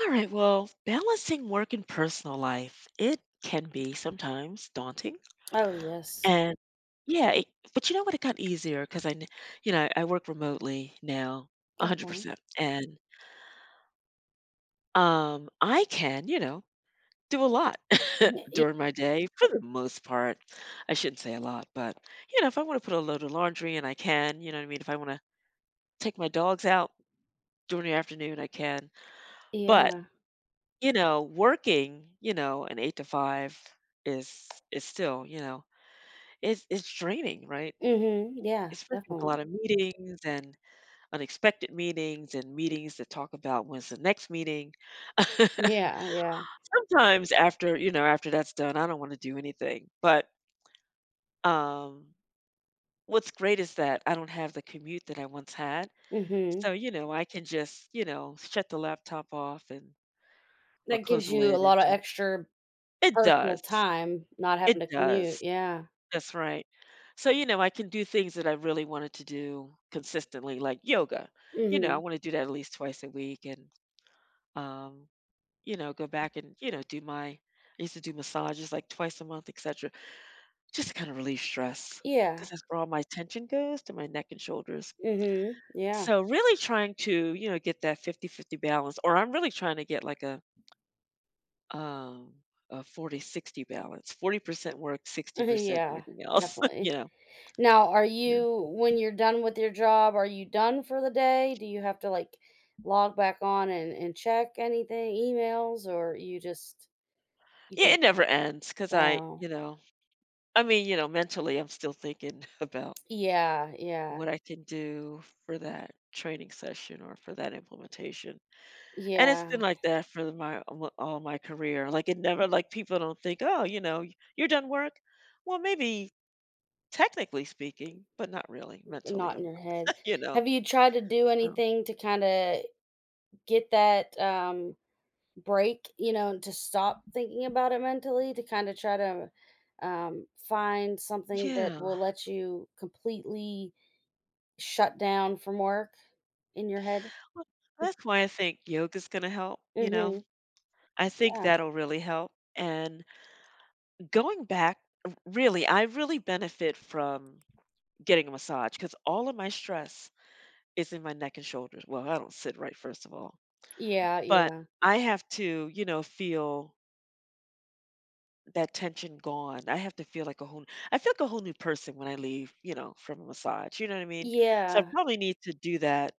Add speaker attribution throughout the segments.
Speaker 1: All right, well, balancing work and personal life, it can be sometimes daunting.
Speaker 2: Oh, yes.
Speaker 1: And yeah, it, but you know what? It got easier because you know, I work remotely now
Speaker 2: Okay.
Speaker 1: 100%. And I can, you know, do a lot
Speaker 2: Mhm, y
Speaker 1: during my day for the most part. I shouldn't say a lot, but, you know, if I want to put a load of laundry and I can, you know what I mean? If I want to take my dogs out during the afternoon, I can. But
Speaker 2: yeah.
Speaker 1: You know, working, you know, an 8 to 5 is still, you know, it's draining, right?
Speaker 2: Mhm, yeah,
Speaker 1: Especially with a
Speaker 2: definitely.
Speaker 1: lot of meetings and unexpected meetings and meetings that talk about when's the next meeting.
Speaker 2: Yeah, yeah.
Speaker 1: Sometimes after, you know, after that's done, I don't wanna do anything, um, what's great is that I don't have the commute that I once had,
Speaker 2: Mm, mhm.
Speaker 1: so, you know, I can just, you know, shut the laptop off and or
Speaker 2: That
Speaker 1: close
Speaker 2: gives
Speaker 1: the
Speaker 2: you a
Speaker 1: lid and
Speaker 2: lot of
Speaker 1: just
Speaker 2: extra
Speaker 1: it
Speaker 2: personal
Speaker 1: does.
Speaker 2: time not having
Speaker 1: It
Speaker 2: to commute,
Speaker 1: does.
Speaker 2: yeah.
Speaker 1: That's right. So, you know, I can do things that I really wanted to do consistently, like yoga.
Speaker 2: Mm,
Speaker 1: You know, I
Speaker 2: mhm.
Speaker 1: want to do that at least twice a week and, um, you know, go back and, you know, I used to do massages like twice a month, etc. just to kind of relieve stress
Speaker 2: Yeah.
Speaker 1: because that's where all my attention goes to my neck and shoulders.
Speaker 2: Mm, mhm, yeah.
Speaker 1: So, really trying to, you know, get that 50-50 balance, or I'm really trying to get like um, a 40-60 balance, 40% work, 60%
Speaker 2: Yeah,
Speaker 1: everything else.
Speaker 2: definitely.
Speaker 1: You know?
Speaker 2: Now, are
Speaker 1: Yeah.
Speaker 2: you when you're done with your job, are you done for the day? Do you have to, like, log back on and check anything, emails, or you
Speaker 1: Yeah,
Speaker 2: can.
Speaker 1: it never ends because I,
Speaker 2: Oh.
Speaker 1: you know, I mean, you know, mentally, I'm still thinking about
Speaker 2: Yeah, yeah,
Speaker 1: what I can do for that training session or for that implementation. And it's
Speaker 2: yeah.
Speaker 1: been like that for all my career. Like it never, like people don't think, oh, you know, you're done work. Well, maybe technically speaking, but not really. Mentally,
Speaker 2: Not in
Speaker 1: I'm,
Speaker 2: your head.
Speaker 1: you know.
Speaker 2: Have you tried to do
Speaker 1: so,
Speaker 2: anything to kinda get that, break, and to stop thinking about it mentally, to kinda try to, find something that will
Speaker 1: yeah,
Speaker 2: let you completely shut down from work in your head?
Speaker 1: well, that's why I think yoga's going to help. You know,
Speaker 2: Mhm,
Speaker 1: I think
Speaker 2: yeah.
Speaker 1: that'll really help. And Going back, really, I really benefit from getting a massage because all of my stress is in my neck and shoulders. Well, I don't sit right, first of all,
Speaker 2: Yeah,
Speaker 1: but
Speaker 2: yeah.
Speaker 1: I have to, you know, feel that tension gone. I have to feel like a whole, I feel like a whole new person when I leave, you know, from a massage. You know what I mean? So I
Speaker 2: Yeah.
Speaker 1: probably need to do that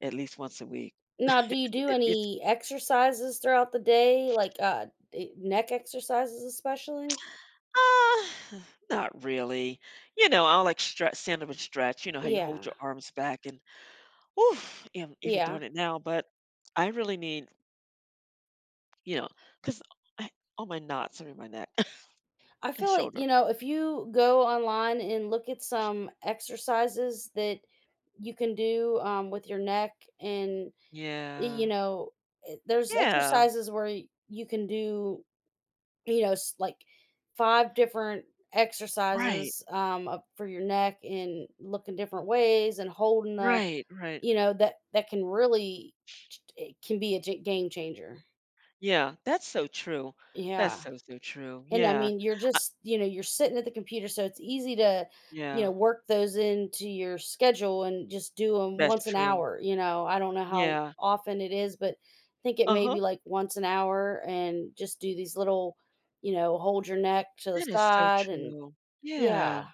Speaker 1: at least once a week.
Speaker 2: Now, do you do
Speaker 1: It- It's,
Speaker 2: any exercises throughout the day, like, neck exercises especially?
Speaker 1: uh, not really. You know, I'll like stretch, stand up and stretch. You know how you hold
Speaker 2: Yeah,
Speaker 1: your arms back and oof, am even
Speaker 2: yeah.
Speaker 1: doing it now, but I really need, you know, because all my knots are in my neck
Speaker 2: I
Speaker 1: and
Speaker 2: feel like,
Speaker 1: shoulder.
Speaker 2: if you go online and look at some exercises that you can do with your neck, and, y-
Speaker 1: Yeah.
Speaker 2: you know, there's
Speaker 1: Yeah.
Speaker 2: exercises where you can do, like five different
Speaker 1: Right.
Speaker 2: exercises up for your neck and looking different ways and holding the,
Speaker 1: Right, right.
Speaker 2: that can really, it can be a game changer.
Speaker 1: Yeah, that's so true. That's
Speaker 2: Yeah.
Speaker 1: so, so true.
Speaker 2: And I
Speaker 1: Yeah,
Speaker 2: mean, you're just, you're sitting at the computer, so it's easy to,
Speaker 1: yeah.
Speaker 2: work those into your schedule and just do them
Speaker 1: That's
Speaker 2: once an
Speaker 1: true.
Speaker 2: hour. I don't know how
Speaker 1: Yeah.
Speaker 2: often it is, but I think it may
Speaker 1: Uh-huh.
Speaker 2: be like once an hour and just do these little, hold your neck to the
Speaker 1: That is so
Speaker 2: side and
Speaker 1: true. Yeah.
Speaker 2: yeah.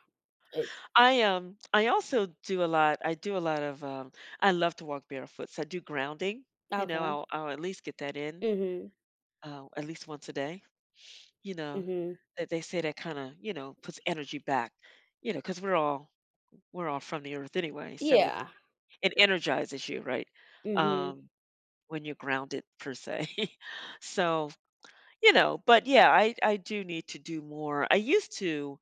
Speaker 2: It
Speaker 1: I do a lot of, I love to walk barefoot, so I do grounding, you know,
Speaker 2: Okay.
Speaker 1: I'll at least get that in,
Speaker 2: Mhm.
Speaker 1: at least once a day. You
Speaker 2: Mm,
Speaker 1: know,
Speaker 2: mhm.
Speaker 1: that they say that kinda, you know, puts energy back, you know because 'cause we're all from the earth anyway, so it
Speaker 2: Yeah.
Speaker 1: it energizes you, right?
Speaker 2: Mm, mhm.
Speaker 1: Um, when you're grounded per se. So, you know, but yeah, I do need to do more. I used to,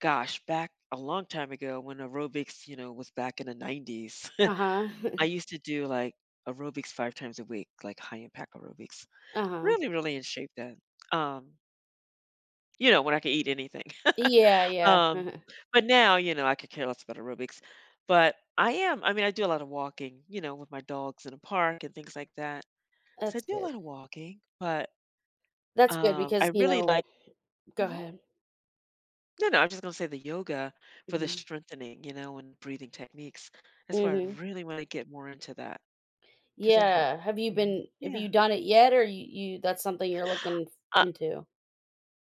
Speaker 1: gosh, back a long time ago when aerobics, you know, was back in the 90s,
Speaker 2: Uh-huh.
Speaker 1: I used to do, like, aerobics 5 times a week, like high impact aerobics.
Speaker 2: Uh-huh.
Speaker 1: Really, really in shape then. Um, you know, when I could eat anything.
Speaker 2: Yeah, yeah.
Speaker 1: Um, but now, you know, I could care less about aerobics, but I am I mean, I do a lot of walking, you know, with my dogs in a park and things like that. So I
Speaker 2: That's
Speaker 1: do a
Speaker 2: good.
Speaker 1: lot of walking, but,
Speaker 2: That's good
Speaker 1: um, I really like
Speaker 2: go
Speaker 1: Mhm.
Speaker 2: ahead.
Speaker 1: No, no, I am just gonna say the yoga for the
Speaker 2: Mhm.
Speaker 1: strengthening, you know, and breathing techniques. That's why I
Speaker 2: Mhm.
Speaker 1: really wanna get more into that because it helps.
Speaker 2: Yeah,
Speaker 1: Mhm.
Speaker 2: have
Speaker 1: Yeah.
Speaker 2: you done it yet, or you that's something you're looking
Speaker 1: Uh,
Speaker 2: into?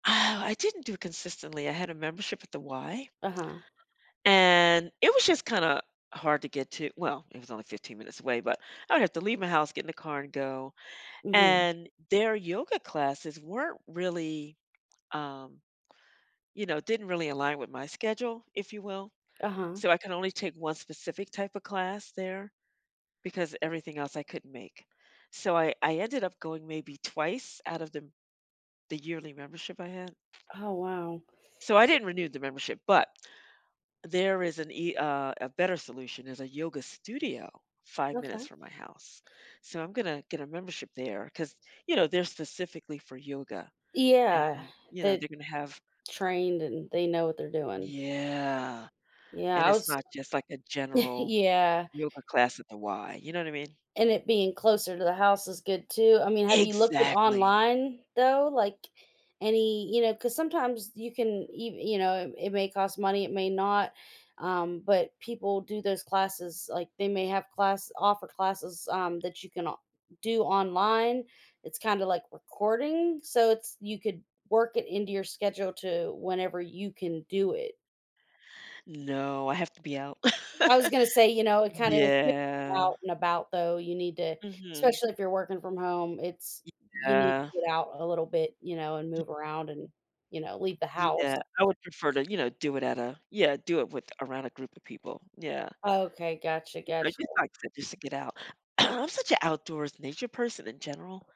Speaker 1: I didn't do it consistently. I had a membership at the Y.
Speaker 2: Uh-huh.
Speaker 1: And it was just kind of hard to get to. Well, it was only 15 minutes away, but I would have to leave my house, get in the car, and go.
Speaker 2: Mhm.
Speaker 1: And their yoga classes weren't really, um, you know, didn't really align with my schedule, if you will.
Speaker 2: Uh-huh.
Speaker 1: So I could only take one specific type of class there because everything else I couldn't make. So I ended up going maybe twice out of the yearly membership I had.
Speaker 2: Oh, wow.
Speaker 1: So I didn't renew the membership, but there is an e a better solution is a yoga studio 5 minutes
Speaker 2: Okay.
Speaker 1: from my house. So I'm gonna get a membership there because you know, they're specifically for yoga
Speaker 2: Yeah,
Speaker 1: and, you know,
Speaker 2: they
Speaker 1: they're gonna have
Speaker 2: trained and they know what they're doing.
Speaker 1: Yeah,
Speaker 2: Yeah,
Speaker 1: and
Speaker 2: I
Speaker 1: it's
Speaker 2: was
Speaker 1: not just like a general
Speaker 2: yeah,
Speaker 1: yoga class at the Y, you know what I mean?
Speaker 2: and it being closer to the house is good too. I mean, have you looked at
Speaker 1: Exactly.
Speaker 2: online though? Like, any, because sometimes you can even, it may cost money, it may not. But people do those classes, like they may have class offer classes that you can do online. It's kind of like recording, so it's you could work it into your schedule to whenever you can do it.
Speaker 1: No, I have to be out.
Speaker 2: I was gonna say, it's
Speaker 1: Yeah.
Speaker 2: out and about though, you need to,
Speaker 1: Mhm.
Speaker 2: especially if you're working from home, it's you need
Speaker 1: Yeah,
Speaker 2: to get out a little bit, and move around and, leave the house.
Speaker 1: yeah. I would prefer to, you know, do it at a Yeah, do it with around a group of people. Yeah.
Speaker 2: Okay, gotcha,
Speaker 1: You know,
Speaker 2: gotcha.
Speaker 1: you like I said just to get out. I'm such an outdoors nature person in general,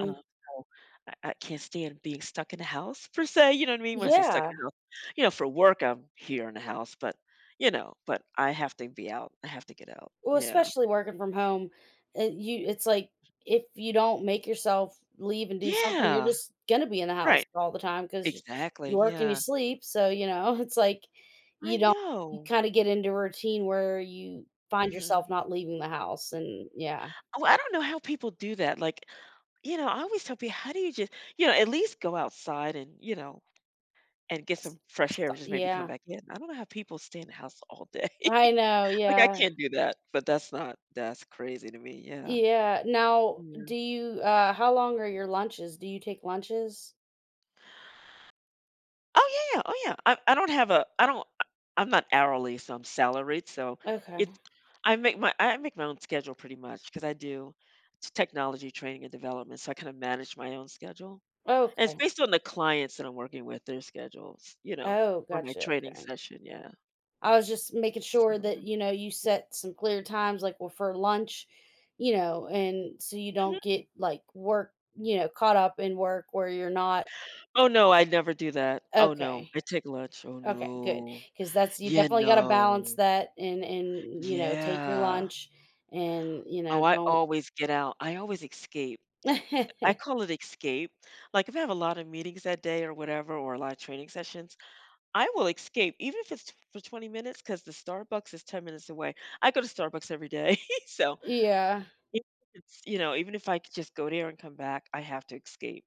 Speaker 1: um, so I can't stand being stuck in a house per se, you know what I mean? When I say stuck in
Speaker 2: Yeah.
Speaker 1: a house, you know, for work, I'm here in the house, but, you know, but I have to be out. I have to get out.
Speaker 2: Well,
Speaker 1: Yeah.
Speaker 2: especially working from home, it's like if you don't make yourself leave and do something, you're
Speaker 1: Yeah.
Speaker 2: just gonna be in the house
Speaker 1: Right.
Speaker 2: all the time, 'cause
Speaker 1: Exactly,
Speaker 2: you work and you
Speaker 1: yeah.
Speaker 2: sleep, so, it's like
Speaker 1: I
Speaker 2: you don't you
Speaker 1: know.
Speaker 2: kinda get into a routine where you find
Speaker 1: Mhm.
Speaker 2: yourself not leaving the house, and yeah.
Speaker 1: Oh, I don't know how people do that, like, you know, I always tell people, "How do you just" you know, at least go outside and, you know. And get
Speaker 2: It's
Speaker 1: some fresh
Speaker 2: it's
Speaker 1: air,
Speaker 2: fu
Speaker 1: and just maybe come
Speaker 2: Yeah.
Speaker 1: back in. I don't know how people stay in the house all day.
Speaker 2: I know,
Speaker 1: Like, I
Speaker 2: yeah.
Speaker 1: can't do that, but that's not that's crazy to me, yeah.
Speaker 2: Yeah. Now,
Speaker 1: Yeah.
Speaker 2: how long are your lunches? Do you take lunches?
Speaker 1: Oh, yeah, yeah, oh, yeah. I don't have a I don't I I'm not hourly, so I'm salaried, so
Speaker 2: Okay.
Speaker 1: it's I make my own schedule pretty much because I do t technology training and development, so I kinda manage my own schedule, and it's
Speaker 2: Okay.
Speaker 1: based on the clients that I'm working with, their schedules, you know,
Speaker 2: Oh,
Speaker 1: or my
Speaker 2: gotcha,
Speaker 1: training
Speaker 2: okay.
Speaker 1: session, yeah.
Speaker 2: I was just making
Speaker 1: So
Speaker 2: sure that,
Speaker 1: Mhm.
Speaker 2: you set some clear times, like, well, for lunch, and so you don't get, like, work caught up in work where you're not.
Speaker 1: Oh, no, I never do that. Oh, no.
Speaker 2: Okay.
Speaker 1: I take lunch. Oh,
Speaker 2: Okay, good,
Speaker 1: no.
Speaker 2: because that's you
Speaker 1: Yeah,
Speaker 2: definitely gotta balance
Speaker 1: no.
Speaker 2: that, take your
Speaker 1: Yeah.
Speaker 2: lunch, and,
Speaker 1: Oh, I
Speaker 2: don't.
Speaker 1: always get out. I always escape. I call it escape. Like, if I have a lot of meetings that day or whatever, or a lot of training sessions, I will escape, even if it's for 20 minutes, because the Starbucks is 10 minutes away. I go to Starbucks every day. So,
Speaker 2: Yeah.
Speaker 1: even if it's, you know, even if I could just go there and come back, I have to escape.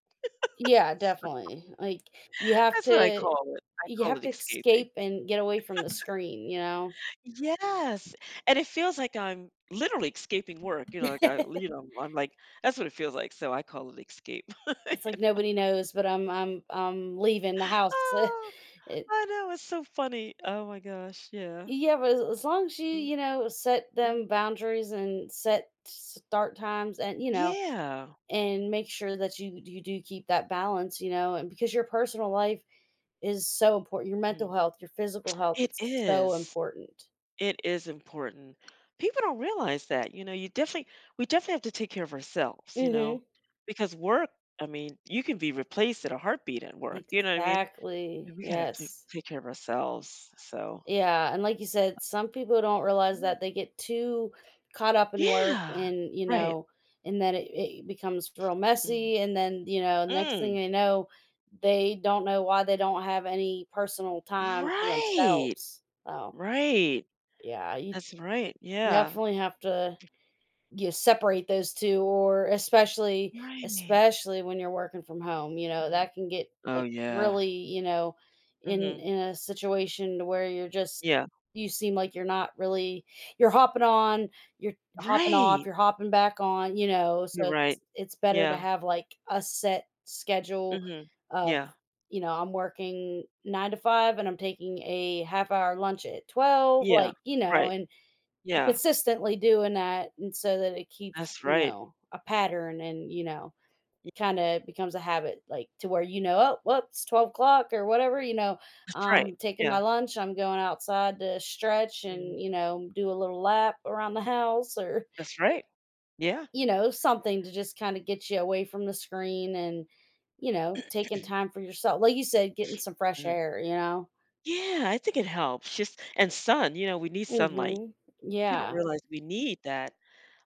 Speaker 2: Yeah, definitely. Like, you have
Speaker 1: That's what I
Speaker 2: to
Speaker 1: call it. I
Speaker 2: you
Speaker 1: call
Speaker 2: have
Speaker 1: it
Speaker 2: to
Speaker 1: escaping.
Speaker 2: escape and get away from the screen, you know?
Speaker 1: Yes, and it feels like I'm literally escaping work, you know, like, I you know, I'm like that's what it feels like, so I call it escape. You
Speaker 2: It's like
Speaker 1: know?
Speaker 2: nobody knows, but I'm leaving the house.
Speaker 1: Oh,
Speaker 2: It
Speaker 1: I know, it's so funny. Oh my gosh, yeah.
Speaker 2: Yeah, but as long as you,
Speaker 1: Mm,
Speaker 2: set them
Speaker 1: mhm.
Speaker 2: boundaries and set start times, and, you know,
Speaker 1: Yeah.
Speaker 2: and make sure that you do keep that balance, and because your personal life is so important. Your mental
Speaker 1: Mhm.
Speaker 2: health, your physical health,
Speaker 1: It
Speaker 2: it's so
Speaker 1: is.
Speaker 2: important.
Speaker 1: It is important. People don't realize that, you know, you definitely we definitely have to take care of ourselves, you know,
Speaker 2: Mhm.
Speaker 1: because work, I mean, you can be replaced at a heartbeat at work, you know what I mean?
Speaker 2: Exactly.
Speaker 1: We gotta
Speaker 2: Yes.
Speaker 1: take care of ourselves, so
Speaker 2: Yeah, and like you said, some people don't realize
Speaker 1: mm.
Speaker 2: that they get too caught up in work,
Speaker 1: Yeah.
Speaker 2: and, you
Speaker 1: Right.
Speaker 2: know, and then it becomes real
Speaker 1: Mm.
Speaker 2: messy. And then, next thing
Speaker 1: Mm.
Speaker 2: they know, they don't know why they don't have any personal time for
Speaker 1: Right.
Speaker 2: themselves. So,
Speaker 1: Right.
Speaker 2: yeah, you
Speaker 1: That's right. Yeah.
Speaker 2: definitely have to you separate those two, or especially,
Speaker 1: Right.
Speaker 2: when you're working from home,
Speaker 1: Mhm.
Speaker 2: that can get,
Speaker 1: Oh,
Speaker 2: like,
Speaker 1: yeah.
Speaker 2: really, in
Speaker 1: Mhm.
Speaker 2: in a situation to where
Speaker 1: Yeah.
Speaker 2: you seem like you're not really you're hopping on, you're hopping off,
Speaker 1: Right.
Speaker 2: you're hopping back on,
Speaker 1: You're
Speaker 2: so
Speaker 1: right.
Speaker 2: it's better to
Speaker 1: Yeah.
Speaker 2: have, like, a set schedule
Speaker 1: Mhm.
Speaker 2: of,
Speaker 1: Yeah.
Speaker 2: I'm working 9 to 5 and I'm taking a half hour lunch at 12,
Speaker 1: Yeah.
Speaker 2: like,
Speaker 1: Right.
Speaker 2: and
Speaker 1: Yeah.
Speaker 2: consistently doing that, and so that it keeps,
Speaker 1: That's right.
Speaker 2: a pattern. And
Speaker 1: Yeah,
Speaker 2: kind of becomes a habit, like, to where, oh, well, it's 12 o'clock or whatever.
Speaker 1: that's right.
Speaker 2: I'm taking my
Speaker 1: Yeah.
Speaker 2: lunch, I'm going outside to stretch and
Speaker 1: Mhm.
Speaker 2: do a little lap around the house, or
Speaker 1: That's right. Yeah.
Speaker 2: something, to just kind of get you away from the screen. And taking time for yourself, like you said, getting some fresh
Speaker 1: Mhm.
Speaker 2: air.
Speaker 1: Yeah, I think it helps. Just and sun, you know, we need sunlight.
Speaker 2: Hmm.
Speaker 1: People don't
Speaker 2: Yeah.
Speaker 1: realize we need that,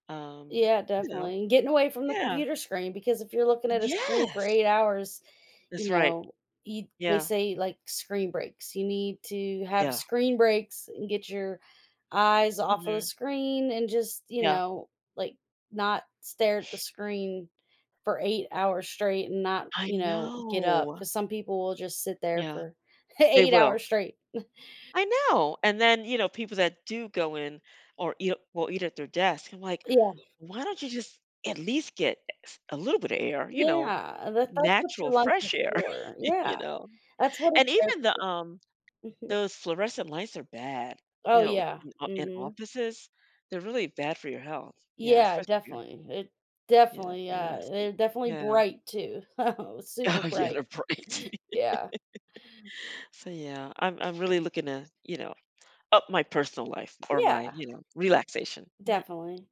Speaker 1: um,
Speaker 2: Yeah,
Speaker 1: you know.
Speaker 2: definitely, and getting away from the
Speaker 1: Yeah.
Speaker 2: computer screen, because if you're looking at a screen for
Speaker 1: Yes.
Speaker 2: 8 hours, you
Speaker 1: That's right.
Speaker 2: know, you they
Speaker 1: Yeah,
Speaker 2: say, like, screen breaks. You need to have
Speaker 1: yeah.
Speaker 2: screen breaks and get your eyes off of the
Speaker 1: Mhm,
Speaker 2: screen, and just,
Speaker 1: yeah.
Speaker 2: like, not stare at the screen for 8 hours straight and not,
Speaker 1: I
Speaker 2: get up,
Speaker 1: know.
Speaker 2: because some people will just sit there
Speaker 1: Yeah,
Speaker 2: for
Speaker 1: they
Speaker 2: 8
Speaker 1: will.
Speaker 2: hours straight.
Speaker 1: I know, and then, you know, people that do go in or eat will eat at their desk. I'm like,
Speaker 2: Yeah,
Speaker 1: "Why don't you just at least get s a little bit of air, you know,
Speaker 2: yeah, that's what
Speaker 1: natural
Speaker 2: your lunch is
Speaker 1: fresh air,"
Speaker 2: for. Yeah,
Speaker 1: you know?
Speaker 2: that's what it's
Speaker 1: And
Speaker 2: there.
Speaker 1: even the,
Speaker 2: Mm-hmm.
Speaker 1: those fluorescent lights are bad, you
Speaker 2: Oh,
Speaker 1: know,
Speaker 2: yeah.
Speaker 1: in
Speaker 2: Mhm.
Speaker 1: offices. They're really bad for your health. Yeah,
Speaker 2: Yeah,
Speaker 1: especially if you're
Speaker 2: definitely.
Speaker 1: you know, yes.
Speaker 2: They're definitely
Speaker 1: Yeah.
Speaker 2: bright too. Super
Speaker 1: Oh, yeah,
Speaker 2: bright.
Speaker 1: they're bright.
Speaker 2: Yeah.
Speaker 1: So yeah, I'm really looking to, you know, up my personal life or
Speaker 2: Yeah,
Speaker 1: my, you know, relaxation.
Speaker 2: definitely.